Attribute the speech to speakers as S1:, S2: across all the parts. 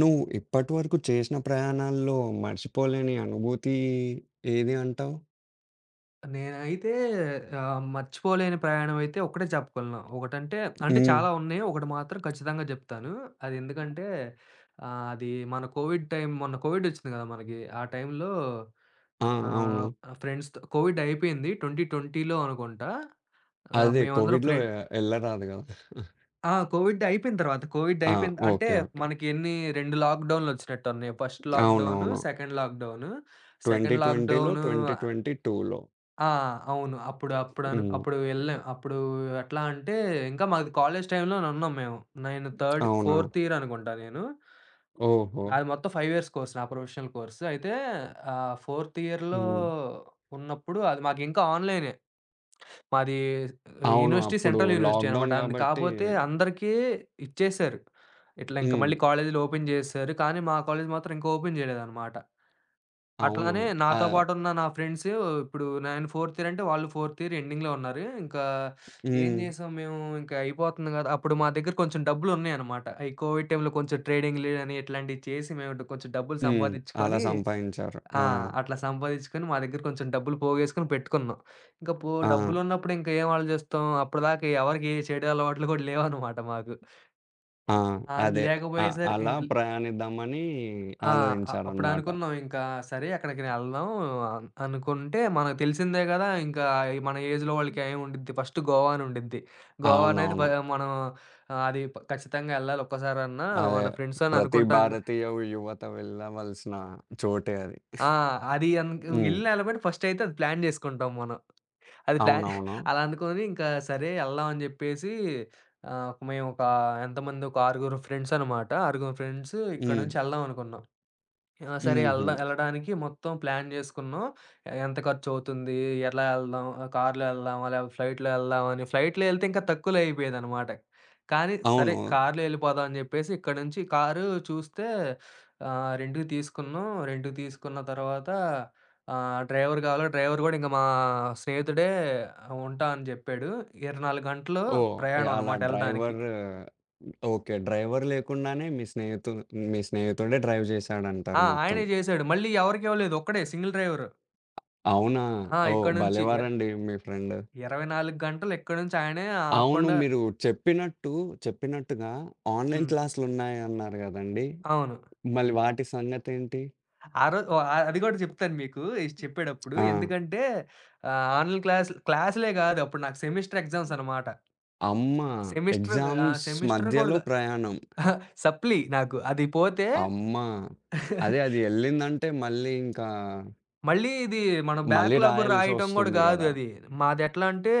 S1: నువ్వు ఇప్పటి వరకు చేసిన ప్రయాణాల్లో మర్చిపోలేని అనుభూతి ఏది అంటావు?
S2: నేనైతే మర్చిపోలేని ప్రయాణం అయితే ఒకటే చెప్పగలను. ఒకటంటే
S1: హ్మ్.
S2: చాలా ఉన్నాయి. ఒకటి మాత్రం ఖచ్చితంగా చెప్తాను. అది ఎందుకంటే అది మన కోవిడ్ టైమ్ మొన్న కోవిడ్ వచ్చింది కదా! మనకి. ఆ టైంలో
S1: ఆ! అవును.
S2: ఆహ్, ఫ్రెండ్స్‌తో కోవిడ్ అయిపోయింది. 2020లో అనుకుంటా.
S1: అదే
S2: మేమందరం
S1: కోవిడ్‌లో ఎళ్ళరాదు గదా!
S2: ఆ! కోవిడ్ అయిపోయిన తర్వాత కోవిడ్
S1: ఆ!
S2: అయిపోయింది అంటే
S1: ఓకే. ఓకే.
S2: మనకి ఎన్ని 2 లాక్‌డౌన్‌లు వచ్చినట్టున్నాయి. ఫస్ట్ లాక్‌డౌను,
S1: అవునవును.
S2: సెకండ్ లాక్‌డౌను. సెకండ్
S1: 2020లో,
S2: లాక్‌డౌను
S1: 2022లో.
S2: ఆ! అవును.
S1: హ్మ్.
S2: అప్పుడు వెళ్ళాం. అప్పుడు ఎట్లా అంటే, ఇంకా మాది కాలేజ్ టైమ్‌లోనే ఉన్నాం మేము. నేను థర్డ్
S1: అవునా?
S2: ఫోర్త్ ఇయర్ అనుకుంటా నేను.
S1: ఓహో!
S2: నాది మొత్తం 5 ఇయర్స్ కోర్స్ నా ప్రొఫెషనల్ కోర్స్. అయితే ఫోర్త్ ఇయర్‌లో
S1: హ్మ్.
S2: ఉన్నప్పుడు అది మాకు ఇంకా ఆన్‌లైనే. మాది
S1: అవును.
S2: యూనివర్సిటీ
S1: అప్పుడు
S2: సెంట్రల్ యూనివర్సిటీ అనమాట.
S1: లాక్‌డౌన్
S2: అందు
S1: గాబట్టి
S2: కాపోతే అందరికీ ఇచ్చేసారు. ఇట్లా ఇంక
S1: హ్మ్.
S2: మళ్ళీ కాలేజీలు ఓపెన్ చేసేసారు. కానీ మా కాలేజ్ మాత్రం ఇంకా ఓపెన్ చేయలేదనమాట.
S1: అవునా?
S2: అట్లానే నాతో
S1: ఆహ్,
S2: పాటున్న నా ఫ్రెండ్స్ ఇప్పుడు నేను ఫోర్త్ ఇయర్ అంటే వాళ్ళు ఫోర్త్ ఇయర్ ఎండింగ్‌లో ఉన్నారు. ఇంకా ఏం
S1: హ్మ్.
S2: చేసాం మేము ఇంకా అయిపోతుంది కదా! అప్పుడు మా దగ్గర కొంచెం డబ్బులున్నాయన్నమాట. ఈ కోవిడ్ టైమ్‌లో కొంచెం ట్రేడింగ్‌లు అని ఇట్లాంటివి చేసి మేము కొంచెం డబ్బులు
S1: హ్మ్. అలా
S2: సంపాదించుకొని
S1: సంపాదించారు.
S2: ఆ!
S1: ఆ!
S2: అట్లా సంపాదించుకొని మా దగ్గర కొంచెం డబ్బులు పోగేసుకొని పెట్టుకున్నాం. ఇంకా
S1: ఆ!
S2: డబ్బులున్నప్పుడు ఇంకా ఏం ఆలోచిస్తాం అప్పటిదాకా ఎవరికీ ఏ చెడు అలవాట్లు కూడా లేవన్నమాట మాకు.
S1: ఆ!
S2: ఆ!
S1: అదే. అ
S2: లేకపోయేసరి
S1: అలా ప్రయాణిద్దామని
S2: ఆ!
S1: ఆలోచించారనమాట.
S2: అప్పుడనుకున్నాం ఇంకా సరే అక్కడికి వెళ్దాం అనుకుంటే మనకు తెలిసిందే గదా! ఇంకా మన ఏజ్‌లో వాళ్ళకి ఏం ఉండిద్ది ఫస్ట్ గోవా అని ఉండిద్ది. గోవా అనేది
S1: అవునవును.
S2: మనం అది ఖచ్చితంగా ఎళ్ళాలి ఒక్కసారన్నా
S1: అదే.
S2: మన ఫ్రెండ్స్ అని
S1: ప్రతి
S2: అనుకుంటాం.
S1: భారతీయ యువత వెళ్ళవలసిన చోటే అది.
S2: ఆ! అది
S1: హ్మ్.
S2: ఎళ్ళిన ఎళ్ళబట్టి ఫస్ట్ అయితే అది ప్లాన్ జేసుకుంటాం మనం. అది ప్లాన్
S1: అవునవును.
S2: అలా అనుకోని ఇంకా సరే ఎళ్దాం అని జెప్పేసి మేము ఒక ఎంతమంది ఒక ఆరుగురు ఫ్రెండ్స్ అనమాట. ఆరుగురు ఫ్రెండ్స్ ఇక్కడి
S1: హ్మ్.
S2: నుంచి ఎళ్దాం అనుకున్నాం. ఆ! సరే
S1: హుహు.
S2: ఎళ్ళడానికి మొత్తం ప్లాన్ జేసుకున్నాం. ఎంత ఖర్చవుతుంది? ఎలా ఎళ్దాం? కార్‌లో ఎళ్దామా? లేకపోతే ఫ్లైట్‌లో ఎళ్దామా అని. ఫ్లైట్‌లో ఎళ్తే ఇంకా తక్కువలో అయిపోయేదనమాట. కానీ సరే
S1: అవును.
S2: కార్‌లో ఎళ్ళిపోదాం అని జెప్పేసి ఇక్కడ నుంచి కారు చూస్తే రెంట్‌కి తీసుకున్నాం. రెంట్‌కి తీసుకున్న తర్వాత డ్రైవర్ డ్రైవర్ గూడా ఇంక మా స్నేహితుడే ఉంటా అని జెప్పాడు. 24 గంటలు
S1: ఓహ్!
S2: ప్రయాణం
S1: అలా
S2: అనమాట ఎళ్ళడానికి.
S1: Driver okay. డ్రైవర్ లేకుండానే మీ స్నేహితుడే డ్రైవ్ చేశాడంటారు
S2: ఆ!
S1: మొత్తం.
S2: ఆయనే జేశాడు. మళ్ళీ ఎవరికివ్వలేదు. ఒక్కడే సింగిల్ డ్రైవరు.
S1: అవునా?
S2: ఆ!
S1: ఓహ్!
S2: ఇక్కడి నుంచి
S1: భలేవారండి మీ ఫ్రెండ్.
S2: 24 గంటలు ఎక్కడినుంచి ఆయనే
S1: అవును.
S2: ఆపకుండా.
S1: మీరు చెప్పినట్టుగా ఆన్‌లైన్
S2: హ్మ్.
S1: క్లాసులున్నాయన్నారు గదండీ!
S2: అవును.
S1: మళ్ళీ వాటి సంగతేంటి?
S2: ఆ రోజు ఓహ్! అది గూడా చెప్తాను మీకు చెప్పేటప్పుడు.
S1: ఆ!
S2: ఎందుకంటే ఆన్‌లైన్ క్లాసులే గాదు. అప్పుడు నాకు సెమిస్టర్ ఎగ్జామ్స్ అనమాట.
S1: అమ్మ
S2: సెమిస్టర్
S1: ఎగ్జామ్స్
S2: సెమిస్టర్ గూడా
S1: మధ్యలో ప్రయాణం.
S2: అహా! సప్లి నాకు. అది పోతే
S1: అమ్మ! అదే అది ఎళ్ళిందంటే మళ్ళీ ఇంకా
S2: మళ్ళీ ఇది మనం
S1: మళ్ళీ
S2: బ్యాక్‌లాగ్ రాయటం గూడా
S1: రాయాల్సొస్తుంది గదా!
S2: గాదది. మాదెట్లా అంటే,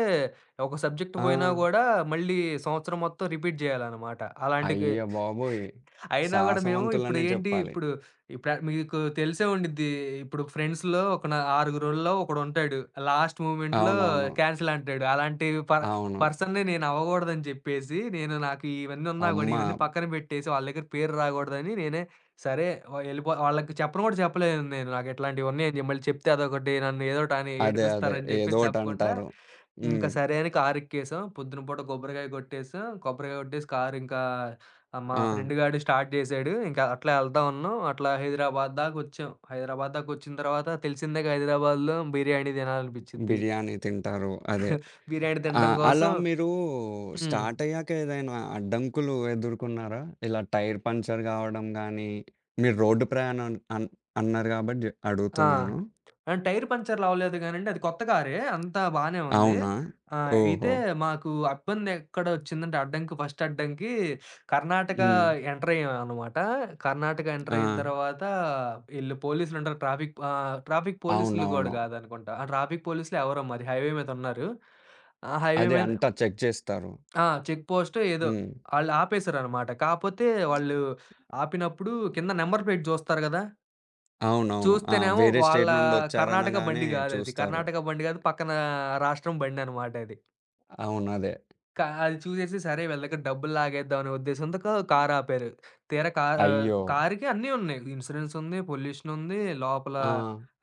S2: ఒక సబ్జెక్ట్
S1: ఆ!
S2: పోయినా గూడా మళ్ళీ సంవత్సరం మొత్తం రిపీట్ జేయాలనమాట. అలాంటికి
S1: అయ్య బాబోయ్!
S2: అయినా గూడా మేము ఇప్పుడు
S1: సాహసవంతులనే
S2: ఏంటి,
S1: చెప్పాలి.
S2: ఇప్పుడు మీకు తెలిసే ఉండిద్ది. ఇప్పుడు ఫ్రెండ్స్‌లో ఒక నా ఆరుగురోళ్ళో ఒకడుంటాడు. లాస్ట్ మూమెంట్‌లో
S1: అవునవును.
S2: క్యాన్సిల్ అంటాడు. అలాంటి
S1: అవును.
S2: పర్సన్‌ని నేను అవ్వగూడదని జెప్పేసి, నేను నాకు ఇవన్నీ ఉన్నా గూడా,
S1: అమ్మ!
S2: ఇవన్నీ పక్కన బెట్టేసి వాళ్ళ దగ్గర పేరు రాగూడదని నేనే సరే. వ ఎళ్ళిపో వాళ్ళకి చెప్పను గూడా చెప్పలేదు నేను. నాకిట్లాంటివున్నాయని జెప్పి. మళ్ళీ చెప్తే అదొకటి నన్ను ఏదోటని
S1: అదే. అదే.
S2: ఏడిపిస్తారని జెప్పేసి చెప్పకుండా,
S1: ఏదోకటంటారు. హ్మ్.
S2: ఇంకా సరే అని కారెక్కేసాం. పొద్దున పూట కొబ్బరికాయ కొట్టేసాం. కొబ్బరికాయ కొట్టేసి కారింకా మా
S1: ఆ!
S2: ఫ్రెండ్ గాడు స్టార్ట్ జేశాడు. ఇంకా అట్లా ఎళ్తా ఉన్నాం. అట్లా హైదరాబాద్ దాకొచ్చాం. హైదరాబాద్ దాకొచ్చిన తర్వాత తెలిసిందేగా హైదరాబాద్‌లో బిర్యానీ తినాలనిపిచ్చిద్ది.
S1: బిర్యానీ తింటారు. అదే.
S2: బిర్యానీ
S1: ఆ!
S2: తినడం
S1: అలా
S2: కోసం.
S1: మీరు
S2: హ్మ్.
S1: స్టార్టయ్యాక ఏదైనా అడ్డంకులు ఎదుర్కొన్నారా? ఇలా టైర్ పంక్చర్ కావడం గానీ, మీరు రోడ్డు ప్రయాణం అన్నారు గాబట్టి
S2: ఆ!
S1: అడుగుతున్నాను.
S2: ఆ! టైర్ పంక్చర్‌లు అవ్వలేదు గానండి. అది కొత్త కారే. అంతా బానే ఉంది.
S1: అవునా?
S2: అయితే
S1: ఓహో!
S2: మాకు ఇబ్బందెక్కడొచ్చిందంటే అడ్డంకి ఫస్ట్ అడ్డంకి కర్ణాటక
S1: హ్మ్.
S2: ఎంటర్ అయ్యామనమాట. కర్ణాటక ఎంటర్
S1: ఆ!
S2: అయిన తర్వాత ఈళ్ళు పోలీసులుంటారు ట్రాఫిక్ పోలీసులు గూడా
S1: అవునవును.
S2: గాదనుకుంటా. ఆ! ట్రాఫిక్ పోలీసులో ఎవరో మరి హైవే మీదున్నారు. ఆ హైవే
S1: అదే
S2: మీద
S1: అంతా చెక్ చేస్తారు.
S2: ఆ! చెక్ పోస్టో ఏదో
S1: హ్మ్.
S2: ఆళ్ళు ఆపేసారనమాట. కాపోతే వాళ్ళు ఆపినప్పుడు కింద నంబర్ ప్లేట్ జూస్తారు గదా!
S1: అవునవును. ఆ!
S2: చూస్తేనేమో
S1: వేరే
S2: వాళ్ళ
S1: స్టేట్
S2: కర్ణాటక
S1: నుండొచ్చారనగానే
S2: బండి గాదది.
S1: చూస్తారు.
S2: కర్ణాటక బండి గాదు. పక్కన రాష్ట్రం బండనమాట అది.
S1: అవును. అదే.
S2: అది చూసేసి సరే వీళ్ళ దగ్గర డబ్బులు లాగేద్దాం అనే ఉద్దేశంతో కారు ఆపారు. తీరా
S1: అయ్యో!
S2: కారుకి అన్నీ ఉన్నాయి. ఇన్స్యూరెన్స్ ఉంది, పొల్యూషన్ ఉంది, లోపల
S1: ఆ!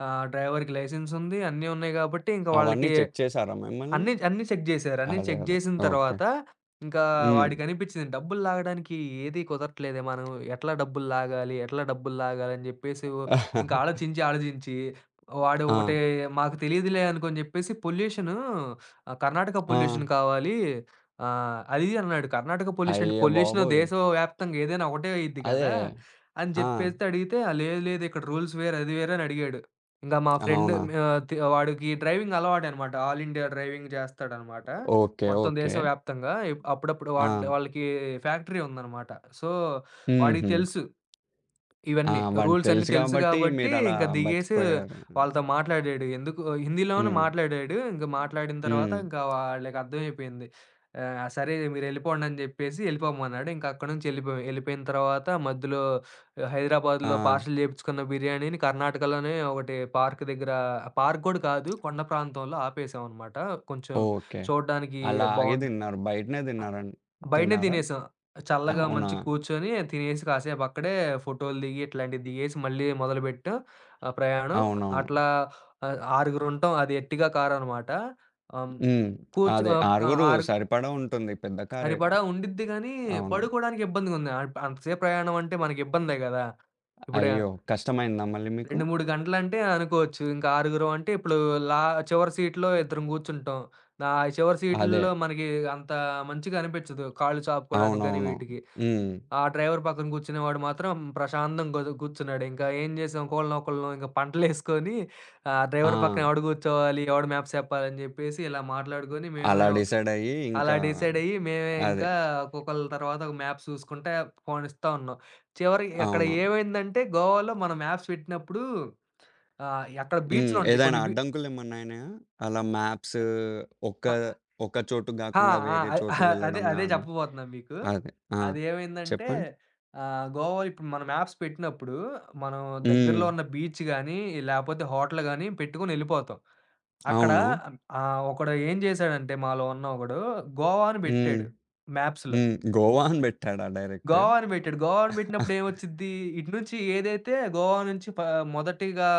S2: డ్రైవర్‌కి లైసెన్స్ ఉంది. అన్నీ ఉన్నాయి గాబట్టి, ఇంక
S1: అవన్నీ
S2: వాళ్ళకి
S1: చెక్ చేశారా మిమ్మల్ని?
S2: అన్నీ అన్నీ చెక్ జేశారు. అన్నీ
S1: అదే.
S2: చెక్
S1: అదే.
S2: జేసిన
S1: ఓకే.
S2: తర్వాత, ఇంకా
S1: హ్మ్.
S2: వాడికనిపిచ్చింది డబ్బులు లాగడానికి ఏది కుదరట్లేదే. మనం ఎట్లా డబ్బులు లాగాలి? ఎట్లా డబ్బులు లాగాలి? అని జెప్పేసి ఇంకా ఆలోచించి, ఆలోచించి వాడు
S1: ఆ!
S2: ఒకటే మాకు తెలీదులే అనుకోని జెప్పేసి కర్ణాటక
S1: ఆ!
S2: పొల్యూషన్ కావాలి. అది ఇది అన్నాడు. కర్ణాటక పొల్యూషన్ అంటే
S1: అయ్య
S2: పొల్యూషన్
S1: బాబోయ్!
S2: దేశవ్యాప్తంగా ఏదైనా ఒకటే అయ్యిద్ది
S1: అదే.
S2: గదా! అని
S1: ఆ!
S2: జెప్పేస్తే అడిగితే, "ఆ, లేదు లేదు. ఇక్కడ రూల్స్ వేరు. అది వేరు" అని అడిగాడు. ఇంకా మా ఫ్రెండ్
S1: అవునా?
S2: ఆహ్, తి వాడికి డ్రైవింగ్ అలవాటనమాట. ఆల్ ఇండియా డ్రైవింగ్ చేస్తాడనమాట.
S1: ఓకే.
S2: మొత్తం
S1: ఓకే.
S2: దేశవ్యాప్తంగా. అప్పుడప్పుడు
S1: ఆ!
S2: వాళ్ళకి ఫ్యాక్టరీ ఉందనమాట. సో, వాడికి
S1: హుహు.
S2: తెలుసు
S1: ఆ!
S2: ఇవన్నీ.
S1: వాడికి
S2: రూల్స్ అన్నీ
S1: తెలుసు
S2: తెలుసు
S1: గాబట్టి
S2: గాబట్టి,
S1: మీరలా
S2: ఇంక దిగేసి
S1: బతికిపోయారు.
S2: వాళ్ళతో మాట్లాడాడు. ఎందుకు హిందీలోనే
S1: హ్మ్.
S2: మాట్లాడాడు. ఇంక మాట్లాడిన తర్వాత
S1: హ్మ్.
S2: ఇంక వాళ్ళకి అర్థమైపోయింది. సరే మీరెళ్ళిపోండి అని జెప్పేసి ఎళ్ళిపోమన్నాడు. ఇంక అక్కడి నుంచి ఎళ్ళిపోయాం. ఎళ్ళిపోయిన తర్వాత మధ్యలో
S1: ఆ!
S2: హైదరాబాద్‌లో పార్సెల్ జేపించుకున్న బిర్యానీని కర్ణాటకలోనే ఒకటి పార్క్ గూడా కాదు. కొండ ప్రాంతంలో ఆపేసామన్నమాట. కొంచెం
S1: ఓకే.
S2: చూడడానికి
S1: అలా ఆగి
S2: బావుంది.
S1: తిన్నారు. బయటనే
S2: బయటనే
S1: తిన్నారా?
S2: తినేసాం. చల్లగా
S1: అవునా?
S2: మంచిగ కూర్చొని తినేసి కాసేపక్కడే ఫోటోలు దిగి, ఇట్లాంటివి దిగేసి మళ్ళీ మొదలుపెట్టాం ప్రయాణం.
S1: అవునవును.
S2: అట్లా ఆరుగురుంటాం. అది ఎర్టిగా కారనమాట. ఆహ్,
S1: హ్మ్.
S2: కూర్చో
S1: అదే
S2: ఆహ్, ఆహ్,
S1: ఆరుగురు
S2: ఆరు
S1: సరిపడా ఉంటుంది. పెద్ద కారేగా.
S2: సరిపడా ఉండిద్ది గానీ,
S1: అవును.
S2: పడుకోడానికి ఇబ్బందిగుంది. అంతసేపు ప్రయాణం అంటే మనకిబ్బందే గదా! ఇప్పుడు
S1: అయ్యో! కష్టమైందా మళ్ళీ మీకు?
S2: 2, 3 గంటలంటే అనుకోవచ్చు. ఇంకా ఆరుగురం అంటే ఇప్పుడు లా చివరి సీట్‌లో ఇద్దరం గూర్చుంటాం. ఆ చివరి
S1: అదే.
S2: సీట్‌ల్లో మనకి అంత మంచిగా అనిపిచ్చదు. కాళ్ళు చాపుకోవడానికి గానీ
S1: అవునవును.
S2: వీటికి.
S1: హ్మ్.
S2: ఆ డ్రైవర్ పక్కన కూర్చునేవాడు మాత్రం ప్రశాంతంగా కూర్చున్నాడు. ఇంకా ఏం చేసాం ఒకళ్ళనొకళ్ళం ఇంక పంటలేసుకొని
S1: ఆ!
S2: డ్రైవర్ పక్కన ఎవడు కూర్చోవాలి, ఎవడు మ్యాప్స్ చెప్పాలని చెప్పేసి ఇలా మాట్లాడుకొని
S1: అలా
S2: మేమే
S1: డిసైడ్ అయ్యి
S2: అలా
S1: ఇంకా
S2: డిసైడ్ అయ్యి మేమే
S1: అదే.
S2: ఇంకా ఒక్కొక్కళ్ళ తర్వాత ఒక మ్యాప్స్ చూసుకుంటే ఫోన్ ఇస్తా ఉన్నాం. చివరికి అక్కడ
S1: అవును.
S2: ఏమైందంటే గోవాలో మనం మ్యాప్స్ పెట్టినప్పుడు అక్కడ
S1: హ్మ్.
S2: బీచ్‌లుంటాయి
S1: ఏదైనా
S2: కొన్ని
S1: అడ్డంకులేమన్నాయినాయా? అలా మ్యాప్స్ ఒక్క,
S2: ఆ!
S1: ఒక్క చోటు
S2: ఆ!
S1: గాకుండా
S2: ఆ!
S1: వేరే చోటు వెళ్ళడం
S2: అదే
S1: గాని
S2: చెప్పబోతున్నా మీకు.
S1: అదే. ఆ!
S2: అదేమైందంటే
S1: చెప్పండి.
S2: గోవాలో ఇప్పుడు మనం మ్యాప్స్ పెట్టినప్పుడు, మనం
S1: హ్మ్.
S2: దగ్గరలో ఉన్న బీచ్ గాని, లేపోతే హోటల్ గాని పెట్టుకొని ఎళ్ళిపోతాం. అక్కడ
S1: అవును.
S2: ఒకడు ఏం చేశాడంటే మాలో ఉన్న ఒకడు గోవా అని
S1: హ్మ్.
S2: పెట్టాడు మ్యాప్స్‌లో.
S1: హ్మ్. గోవా అని బెట్టాడా డైరెక్ట్?
S2: గోవా అని పెట్టాడు. గోవా అని పెట్టినప్పుడు ఏమొచ్చిద్ది? ఇటు నుంచి ఏదైతే గోవా నుంచి మొదటిగా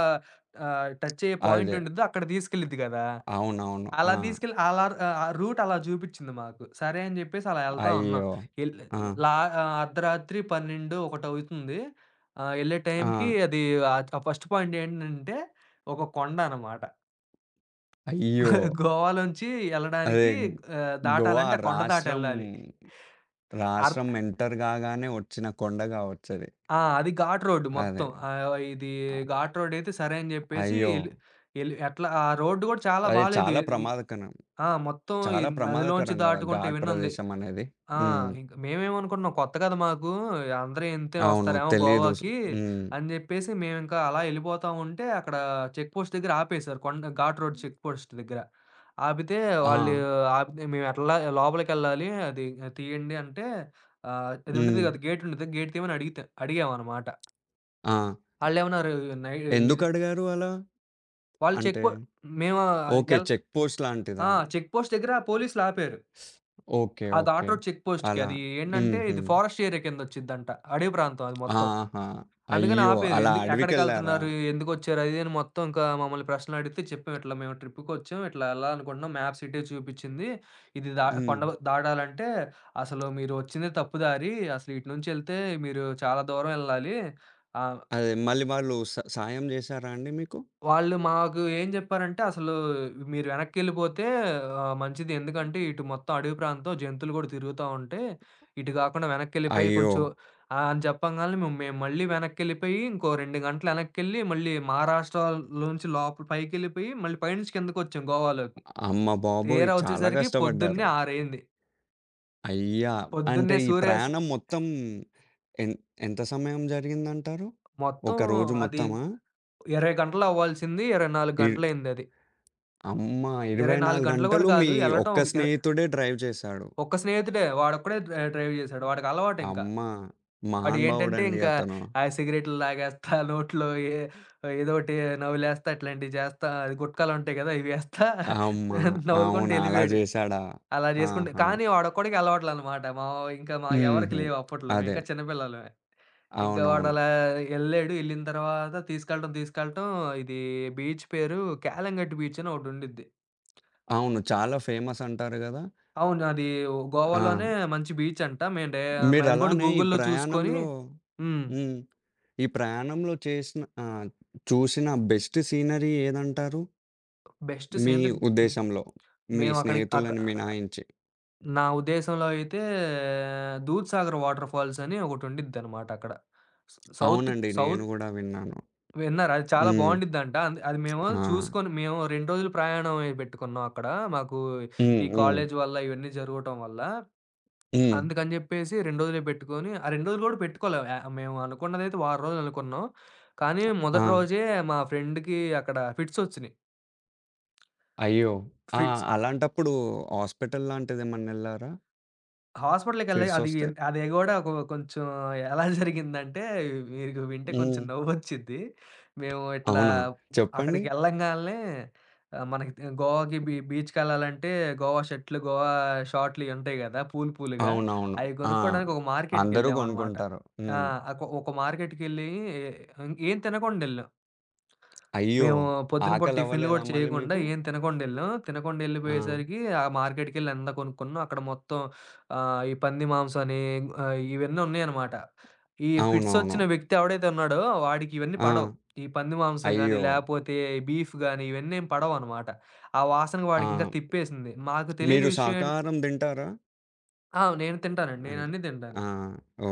S2: టచ్ అయ్యే పాయింట్
S1: అదే.
S2: ఉండిద్దో అక్కడ తీసుకెళ్ళిద్ది గదా!
S1: అవునవును.
S2: అలా
S1: ఆ!
S2: తీసుకెళ్ళి అలా ఆ రూట్ అలా చూపించింది మాకు. సరే అని చెప్పేసి అలా ఎళ్తా ఉన్నాం.
S1: అయ్యో!
S2: ఎల్
S1: ఆ!
S2: లా అర్ధరాత్రి 12, 1 అవుతుంది. ఎళ్ళే
S1: ఆ!
S2: టైంకి అది ఆ ఫస్ట్ పాయింట్ ఏంటంటే ఒక కొండ అనమాట.
S1: అయ్యో!
S2: గోవాలోంచి
S1: అదే
S2: ఎళ్ళడానికి
S1: గోవా
S2: దాటాలంటే ఆ కొండ దాటి
S1: రాష్ట్రం,
S2: ఎళ్ళాలి. అర్
S1: రాష్ట్రం ఎంటర్ కాగానే వచ్చిన కొండ గావచ్చది.
S2: ఆ! అది ఘాట్ రోడ్
S1: అదే.
S2: మొత్తం. ఆహ్, ఇది
S1: అ
S2: ఘాట్ రోడ్ అయితే సరే అని చెప్పేసి
S1: అయ్యో!
S2: ఎళ్ ఎళ్ ఎట్లా ఆ రోడ్డు కూడా చాలా
S1: అది
S2: బాలేదు.
S1: చాలా
S2: ఎ ఈ
S1: ప్రమాదకరం.
S2: ఆ! మొత్తం
S1: చాలా
S2: నదిలోంచి
S1: ప్రమాదకరం గదా!
S2: దాటుకుంటూ
S1: ఘాట్
S2: ఇవన్నీ ఉంది.
S1: ప్రదేశం అనేది.
S2: ఆ!
S1: హ్మ్.
S2: ఇంక మేమేమనుకున్నాం కొత్త కదా మాకు. అందరూ ఇంతే
S1: అవును.
S2: వస్తారేమో
S1: తెలీదు.
S2: గోవాకి
S1: హ్మ్.
S2: అని జెప్పేసి మేమింకా అలా యెళ్ళిపోతా ఉంటే అక్కడ చెక్ పోస్ట్ దగ్గర ఆపేశారు. కొండ ఘాట్ రోడ్ చెక్ పోస్ట్ దగ్గర. ఆపితే
S1: ఆ!
S2: వాళ్ళు ఆపితే మేమెట్లా లోపలికెళ్ళాలి అది తీయండి అంటే అది ఉండిద్ది
S1: హ్మ్.
S2: కదా! గేట్ ఉండిద్ది. గేట్ తీయమని అడిగితే అడిగామనమాట.
S1: ఆ!
S2: ఆళ్ళేమన్నారు నై ఇది
S1: ఎందుకడిగారు అలా?
S2: వాళ్ళు చెక్
S1: అంటే
S2: పో మేము
S1: ఓకే.
S2: ఎల్
S1: చెక్ పోస్ట్ లాంటిదా?
S2: ఆ! చెక్ పోస్ట్ దగ్గర పోలీసులాపారు.
S1: ఓకే.
S2: ఆ
S1: ఓకే.
S2: ఘాట్ రోడ్ చెక్ పోస్ట్‌కి.
S1: అలా.
S2: అది ఏంటంటే
S1: హుహు.
S2: ఇది ఫారెస్ట్ ఏరియా కిందొచ్చిద్దంట. అడవి ప్రాంతం అది మొత్తం.
S1: ఆహా!
S2: అందుకని
S1: అయ్యో!
S2: ఆపారు.
S1: అలా అడవికెళ్లారా?
S2: ఎక్కడికెళ్తున్నారు? ఎందుకొచ్చారు? అది ఇది అని మొత్తం ఇంకా మమ్మల్ని ప్రశ్నలడిగితే చెప్పాం. ఇట్లా మేము ట్రిప్‌కొచ్చాం. ఇట్లా ఎళ్ళాలనుకుంటున్నాం. మ్యాప్స్ ఇటే చూపిచ్చింది. ఇది దా
S1: హ్మ్.
S2: కొండ దాటాలంటే అసలు మీరు వచ్చిందే తప్పు దారి. అసలు ఇటు నుంచెళ్తే మీరు చాలా దూరం ఎళ్ళాలి. ఆహ్,
S1: అదే మళ్ళీ వాళ్ళు సాయం జేశారా అండి మీకు?
S2: వాళ్ళు మాకు ఏం జెప్పారంటే, "అసలు మీరు వెనక్కెళ్ళిపోతే మంచిది. ఎందుకంటే ఇటు మొత్తం అడవి ప్రాంతం జంతువులు గూడా తిరుగుతా ఉంటాయి. ఇటు గాకుండా వెనక్కెళ్ళిపోయి
S1: అయ్యో!
S2: కొంచెం" అని చెప్పంగాల్నే మేము మళ్ళీ వెనక్కెళ్ళిపోయి ఇంకో 2 గంటలు వెనక్కెళ్ళి మళ్ళీ మహారాష్ట్రలోంచి లోపల పైకెళ్ళిపోయి మళ్ళీ పైనుంచి కిందకొచ్చాం గోవాలోకి.
S1: అమ్మ బాబోయ్!
S2: తీరా
S1: చాలా
S2: వచ్చేసరికి
S1: కష్టపడ్డారు.
S2: పొద్దున్నే 6:00 అయింది.
S1: అయ్యా! అంటే
S2: పొద్దున్నే
S1: ఈ
S2: సూర్య స్
S1: ప్రయాణం మొత్తం ఎన్ ఎంత సమయం జరిగిందంటారు? ఒక
S2: మొత్తం
S1: రోజు
S2: అది
S1: మొత్తమా?
S2: 20 గంటలు అవ్వాల్సింది 24
S1: ఇర్
S2: గంటలయిందది.
S1: అమ్మా!
S2: 24
S1: 24
S2: గంటలు గూడా
S1: గంటలు మీ
S2: కాదు. ఎళ్ళటం
S1: ఒక్క
S2: ఒక ఇర
S1: స్నేహితుడే డ్రైవ్ చేశాడు.
S2: ఒక్క స్నేహితుడే. వాడొక్కడే డ్రైవ్ జేశాడు. వాడికలవాటింక.
S1: అమ్మా!
S2: వాడు ఏంటంటే
S1: మహానుభావుడండి
S2: ఇంకా
S1: అతను.
S2: ఆ సిగరెట్లు లాగేస్తా, నోట్లో ఏ ఏదోటి నవిలేస్తా, ఇట్లాంటివి చేస్తా, అది గుట్కాలుంటాయి గదా! ఇవేస్తా
S1: అమ్మా!
S2: నవ్వులుకుంటూ
S1: అవునా! అలా
S2: యెళ్ళిపోయాడు.
S1: చేశాడా?
S2: అలా జేసుకుంటే
S1: ఆహా!
S2: కానీ వాడొక్కడికే అలవాట్లనమాట. మా ఎవరికీ
S1: హుహు.
S2: లేవు అప్పట్లో.
S1: అదే.
S2: మేమింకా చిన్న పిల్లలమే. ఇంకా
S1: అవునవును.
S2: వాడలా యెళ్ళాడు. యెళ్ళిన తర్వాత తీసుకెళ్ళటం, తీసుకెళ్ళటం ఇది బీచ్ పేరు కాలంగట్ బీచ్ అని ఒకటుండిద్ది.
S1: అవును. చాలా ఫేమస్ అంటారు గదా!
S2: అవును. అది
S1: ఆ!
S2: గోవాలోనే మంచి బీచ్ అంట. మేము డే అది కూడా
S1: మీరలానే ఈ
S2: గూగుల్‌లో చూసుకొని.
S1: ప్రయాణంలో
S2: హ్మ్.
S1: హ్మ్. ఈ ప్రయాణంలో చేసిన చూసిన బెస్ట్ సీనరీ ఏదంటారు?
S2: బెస్ట్
S1: మీ
S2: సీనరీ. హ్మ్.
S1: ఉద్దేశంలో? మీ
S2: మేము అక్కడికి అక
S1: స్నేహితులను మినహాయించి.
S2: నా ఉద్దేశంలో అయితే దూద్‌సాగర్ వాటర్ ఫాల్స్ అని ఒకటుండిద్దనమాట అక్కడ. స్ సౌత్
S1: అవునండి. నేను
S2: సౌత్
S1: గూడా విన్నాను.
S2: విన్నారా? అది చాలా
S1: హ్మ్.
S2: బావుండిద్దంట. అంది అది మేము
S1: ఆ!
S2: చూసుకొని మేము 2 రోజులు ప్రయాణం అయి పెట్టుకున్నాం అక్కడ. మాకు
S1: హ్మ్.
S2: ఈ
S1: హ్మ్.
S2: కాలేజీ వల్ల ఇవన్నీ జరగటం వల్ల.
S1: హ్మ్.
S2: అందుకని జెప్పేసి 2 రోజులే పెట్టుకొని, ఆ 2 రోజులు గూడా పెట్టుకోలే. యాహ్! మేము అనుకున్నదైతే వారం రోజులు అనుకున్నాం. కానీ
S1: ఆ!
S2: మొదటి రోజే మా ఫ్రెండ్‌కి అక్కడ ఫిట్స్ ఒచ్చినియి.
S1: అయ్యో! ఆ!
S2: ఫిట్స్
S1: అలాంటప్పుడు హాస్పిటల్ లాంటిదేమన్నెళ్లారా?
S2: హాస్పిటల్‌కెళ్ళి అది
S1: ఫిట్సొస్తే?
S2: అది గూడా ఒక కొంచెం ఎలా జరిగిందంటే మీకు వింటే కొంచెం
S1: హ్మ్.
S2: నవ్వొచ్చిద్ది. మేము ఇట్లా
S1: అవునా? చెప్పండి.
S2: అక్కడికెళ్ళంగాల్నే మనకి గోవాకి బీచ్‌కెళ్ళాలంటే గోవా షర్ట్‌లు, గోవా షార్ట్‌లు ఇయి ఉంటాయి గదా! పూలు పూలుగా.
S1: అవునవును.
S2: అయి
S1: ఆ!
S2: కొనుక్కోడానికి ఒక
S1: అందరూ
S2: మార్కెట్‌కెళ్ళామనమాట.
S1: గొనుక్కుంటారు.
S2: ఆ!
S1: హ్మ్.
S2: ఒక ఒక మార్కెట్‌కెళ్ళి ఏం తినకుండెళ్ళాం.
S1: అయ్యో!
S2: మేము పొద్దున పూట టిఫిన్‌లు
S1: ఆకలవ్వలేదా
S2: గూడా
S1: మళ్ళీ
S2: చేయకుండా
S1: మీకు?
S2: ఏం తినకుండెళ్ళాం.
S1: ఆ!
S2: తినకుండెళ్ళిపోయేసరికి ఆ మార్కెట్‌కెళ్ళి అంతా కొనుక్కున్నాం. అక్కడ మొత్తం ఈ పంది మాంసమని ఇవన్నీ ఉన్నాయన్నమాట. ఈ ఫిట్స్
S1: అవునవును.
S2: వచ్చిన వ్యక్తి ఎవడైతే ఉన్నాడో వాడికి ఇవన్నీ
S1: ఆ!
S2: పడవు. ఈ పంది మాంసం గాని,
S1: అయ్యో!
S2: లేపోతే బీఫ్ గాని ఇవన్నీ ఏం పడవనమాట. ఆ వాసనకి
S1: ఆ!
S2: వాడికింకా తిప్పేసింది. మాకు తెలియని
S1: మీరు
S2: విషయం ఏం
S1: శాకాహారం తింటారా?
S2: ఆ! నేను తింటానండి. నేను
S1: అంటే
S2: అన్నీ తింటాను.
S1: ఆ!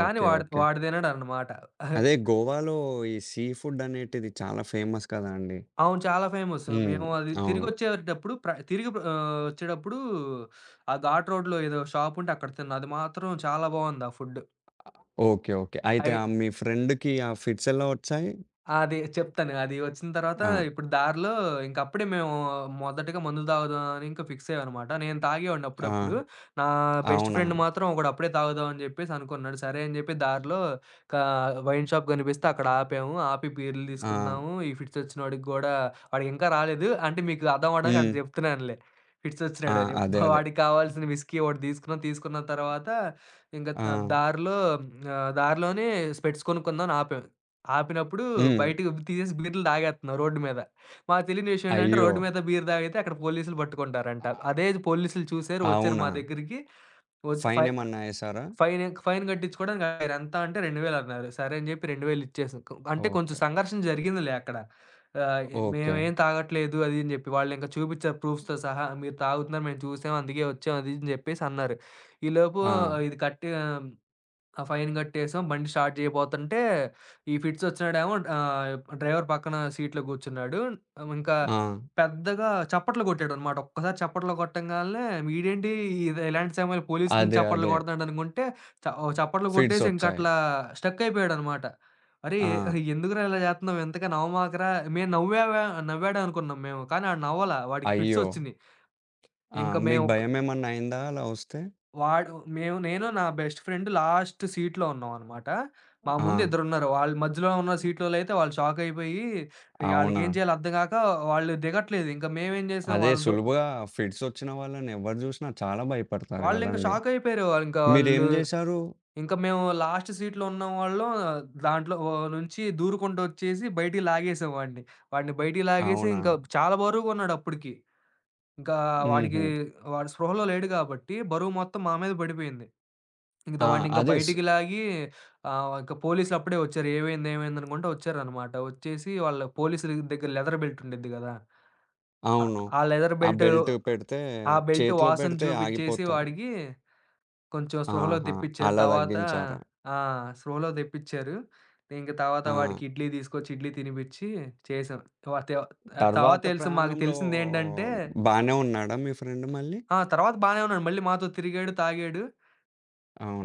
S2: కానీ
S1: ఓకే.
S2: వాడు
S1: ఓకే.
S2: వాడు తినడనమాట.
S1: అదే గోవాలో ఈ సీ ఫుడ్ అనేటిది చాలా ఫేమస్ కదా అండి.
S2: అవును. చాలా ఫేమస్.
S1: హ్మ్.
S2: మేము అది
S1: అవును.
S2: తిరిగొచ్చేటప్పుడు వచ్చేటప్పుడు ఆ ఘాట్ రోడ్‌లో ఏదో షాపుంటే అక్కడ తిన్నా. అది మాత్రం చాలా బావుంది ఆ ఫుడ్.
S1: ఓకే. ఓకే. అయితే
S2: అయి
S1: ఆ మీ ఫ్రెండ్‌కి ఆ ఫిట్స్ ఎలా వచ్చాయి?
S2: అది చెప్తాను. అది వచ్చిన తర్వాత
S1: ఆ!
S2: ఇప్పుడు దారిలో ఇంక అప్పుడే మేము మొదటగా మందులు తాగుదాం అని ఇంక ఫిక్స్ అయ్యామనమాట. నేను తాగేవాడిని
S1: ఆ!
S2: అప్పుడప్పుడు. నా బెస్ట్
S1: అవునా?
S2: ఫ్రెండ్ మాత్రం ఒకడు అప్పుడే తాగుదాం అని చెప్పేసి అనుకున్నాడు. సరే అని చెప్పి దారిలో క వైన్ షాప్ కనిపిస్తే అక్కడ ఆపాము. ఆపి బీర్లు
S1: ఆ!
S2: తీసుకున్నాము. ఈ ఫిట్స్ వచ్చినోడికి గూడా వాడికి ఇంకా రాలేదు. అంటే మీకు అర్థం అవ్వడానికి
S1: హ్మ్.
S2: అట్ట చెప్తున్నానులే. ఫిట్స్
S1: ఆ!
S2: వచ్చినాడని.
S1: అదే. అదే.
S2: వాడికి కావాల్సిన విస్కీ ఒకటి తీసుకున్నాం. తీసుకున్న తర్వాత ఇంక
S1: ఆ!
S2: దారిలోనే స్పెట్స్ కొనుక్కుందాం అని ఆపాం. ఆపినప్పుడు
S1: హ్మ్.
S2: బయటకి తీసేసి బీర్లు తాగేత్తున్నాం రోడ్డు మీద. మాకు తెలియని విషయం ఏంటంటే
S1: అయ్యో!
S2: రోడ్డు మీద బీర్ తాగితే అక్కడ పోలీసులు పట్టుకుంటారంట. అదే పోలీసులు చూసారు వచ్చారు
S1: అవునా?
S2: మా దగ్గరికి. వచ్చి
S1: ఫైన్
S2: ఫై
S1: ఏమన్నా ఏసారా?
S2: ఫైన్ ఫైన్ కట్టించుకోవడానికి అడిగారు. ఎంత అంటే 2000 అన్నారు. సరే అని చెప్పి 2000 ఇచ్చేసాం. కొ- అంటే కొంచెం
S1: ఓకే.
S2: సంఘర్షణ జరిగిందిలే అక్కడ. ఆహ్,
S1: ఓకే.
S2: మేమేం తాగట్లేదు అది అని చెప్పి వాళ్ళు ఇంకా చూపించారు ప్రూఫ్స్‌తో సహా. మీరు తాగుతున్నారు మేము చూసాం అందుకే వచ్చాం అది ఇది అని చెప్పేసి అన్నారు. ఈలోపు
S1: ఆ!
S2: ఆ, ఇది కట్టి ఆ! ఫైన్ గట్టేసాం. బండి స్టార్ట్ చేయబోతంటే, ఈ ఫిట్సొచ్చినోడేమో డ్రైవర్ పక్కన సీట్‌లో కూర్చున్నాడు. ఇంకా
S1: ఆ!
S2: పెద్దగా చప్పట్లు కొట్టాడనమాట. ఒక్కసారి చప్పట్లు కొట్టంగాల్నే వీడేంటి ఇది ఇలాంటి సమయంలో పోలీస్ ముందు
S1: అదే.
S2: చప్పట్లు
S1: అదే.
S2: కొడుతున్నాడనుకుంటే, చ ఓ చప్పట్లు కొట్టేసి
S1: ఫిడ్సొచ్చాయి.
S2: ఇంకట్లా స్టక్ అయిపోయాడనమాట.
S1: ఆ!
S2: "అరేయ్! అరేయ్! ఎందుకురా ఇలా జేత్తన్నావు? ఇంతకని నవ్వమాకరా". మేము నవ్వావా నవ్వాడనుకున్నాం మేము. కానీ ఆడు నవ్వలా. వాడికి
S1: అయ్యో!
S2: ఫిట్సొచ్చినియి.
S1: ఆ!
S2: ఇంక
S1: మీకు
S2: మేము
S1: భయమేమన్నా అయిందా అలా వస్తే?
S2: వాడు మేము నేను నా బెస్ట్ ఫ్రెండ్ లాస్ట్ సీట్‌లో ఉన్నామనమాట. మా
S1: ఆ!
S2: ముందు ఇద్దరున్నారు. వాళ్ళు మధ్యలో ఉన్న సీట్లోలైతే వాళ్ళు షాక్ అయిపోయి, ఇగ
S1: అవునా?
S2: ఆళ్ళకేం చేయాలో అర్థం గాక వాళ్ళు దిగట్లేదు. ఇంకా మేమేం చేసాం
S1: అదే
S2: వాళ్ళు దో
S1: సులువుగా ఫిడ్సొచ్చిన వాళ్ళని ఎవరు జూసినా చాలా భయపడతారు
S2: వాళ్ళింకా
S1: గదండీ!
S2: షాక్ అయిపోయారు.
S1: మీరేం జేశారు?
S2: ఇంకా మేము లాస్ట్ సీట్‌లో ఉన్నవాళ్ళం దాంట్లో నుంచి దూరుకుంటూ వచ్చేసి బయటికి లాగేసాం వాడిని. వాడిని బయటికి లాగేసి
S1: అవునా?
S2: ఇంకా చాలా బరువుగున్నాడు అప్పటికి. ఇంకా వాడికి
S1: హుహు.
S2: వాడు స్పృహలో లేడు కాబట్టి బరువు మొత్తం మా మీద పడిపోయింది. ఇంకా
S1: ఆ!
S2: వాడినింక
S1: అదే
S2: బయటికి లాగి ఇంక పోలీసులు అప్పుడే వచ్చారు. ఏమైంది? ఏమైంది? అనుకుంటా వచ్చారనమాట. వచ్చేసి వాళ్ళు పోలీసుల దగ్గర లెదర్ బెల్ట్ ఉండిద్ది గదా! ఆహ్,
S1: అవును.
S2: ఆ లెదర్
S1: ఆ
S2: బెల్ట్,
S1: బెల్ట్ పెడితే
S2: ఆ బెల్ట్
S1: చేతిలో
S2: వాసన
S1: పెడితే
S2: చూపిచ్చేసి
S1: ఆగిపోతారు.
S2: వాడికి కొంచెం స్పృహలోకి
S1: ఆహా!
S2: తెప్పిచ్చారు.
S1: అలా
S2: తర్వాత
S1: తగ్గించారా?
S2: ఆ! స్పృహలోకి తెప్పిచ్చారు. ఇంక తర్వాత
S1: ఆ!
S2: వాడికి ఇడ్లీ తీసుకొచ్చి ఇడ్లీ తినిపిచ్చి చేసాం. వ తె ఆ తర్వాత
S1: తర్వాత
S2: తెలుసు మాకు
S1: ప్రయాణంలో
S2: తెలిసిందేంటంటే
S1: బానే ఉన్నాడా మీ ఫ్రెండ్ మళ్ళీ?
S2: ఆ! తర్వాత బానే ఉన్నాడు. మళ్ళీ మాతో తిరిగాడు, తాగాడు.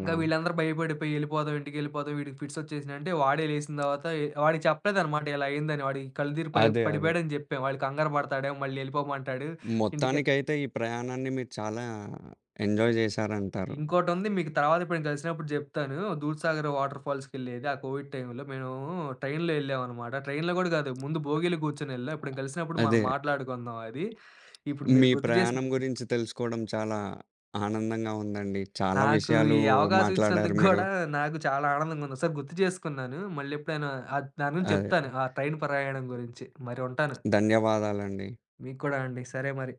S2: ఇంకా వీళ్ళందరూ భయపడిపోయి "ఎళ్ళిపోదాం, ఇంటికెళ్ళిపోదాం. వీడికి ఫిట్సొచ్చేసినియి" అంటే వాడే లేసిన తర్వాత వాడికి చెప్పలేదనమాట ఇలా అయిందని. వాడికి కళ్ళుతిరిగి పై
S1: అదే. అదే.
S2: పడిపోయాడని చెప్పాం. వాడు కంగారు పడతాడేమో మళ్ళీ ఎళ్ళిపోమంటాడు. ఇంటికె
S1: మొత్తానికైతే ఈ ప్రయాణాన్ని మీరు చాలా ఎంజాయ్ జేశారంటారు.
S2: ఇంకోటుంది మీకు తర్వాత ఎప్పుడైనా కలిసినప్పుడు జెప్తాను. దూద్సాగర్ వాటర్ ఫాల్స్‌కెళ్ళేది ఆ కోవిడ్ టైంలో మేము ట్రైన్‌లో ఎళ్ళామనమాట. ట్రైన్‌లో గూడా గాదు. ముందు బోగీలో గూర్చొనెళ్ళాం. ఎప్పుడైనా కలిసినప్పుడు
S1: అదే.
S2: మనం మాట్లాడుకుందాం అది. ఇప్పుడు మీరు
S1: మీ
S2: గుర్తు చేసి
S1: ప్రయాణం గురించి తెలుసుకోవడం చాలా ఆనందంగా ఉందండి. చాలా
S2: నాకు ఈ
S1: విషయాలు
S2: అవకాశం
S1: మాట్లాడారు
S2: ఇచ్చినందుకు
S1: మీరు.
S2: గూడా నాకు చాలా ఆనందంగా ఉంది. ఒకసారి గుర్తు చేసుకున్నాను. మళ్ళీ ఎప్పుడైనా దాని గురించి
S1: అదే.
S2: చెప్తాను. ఆ ట్రైన్ ప్రయాణం గురించి. మరి ఉంటాను.
S1: ధన్యవాదాలండి.
S2: మీకు కూడా అండి. సరే మరి.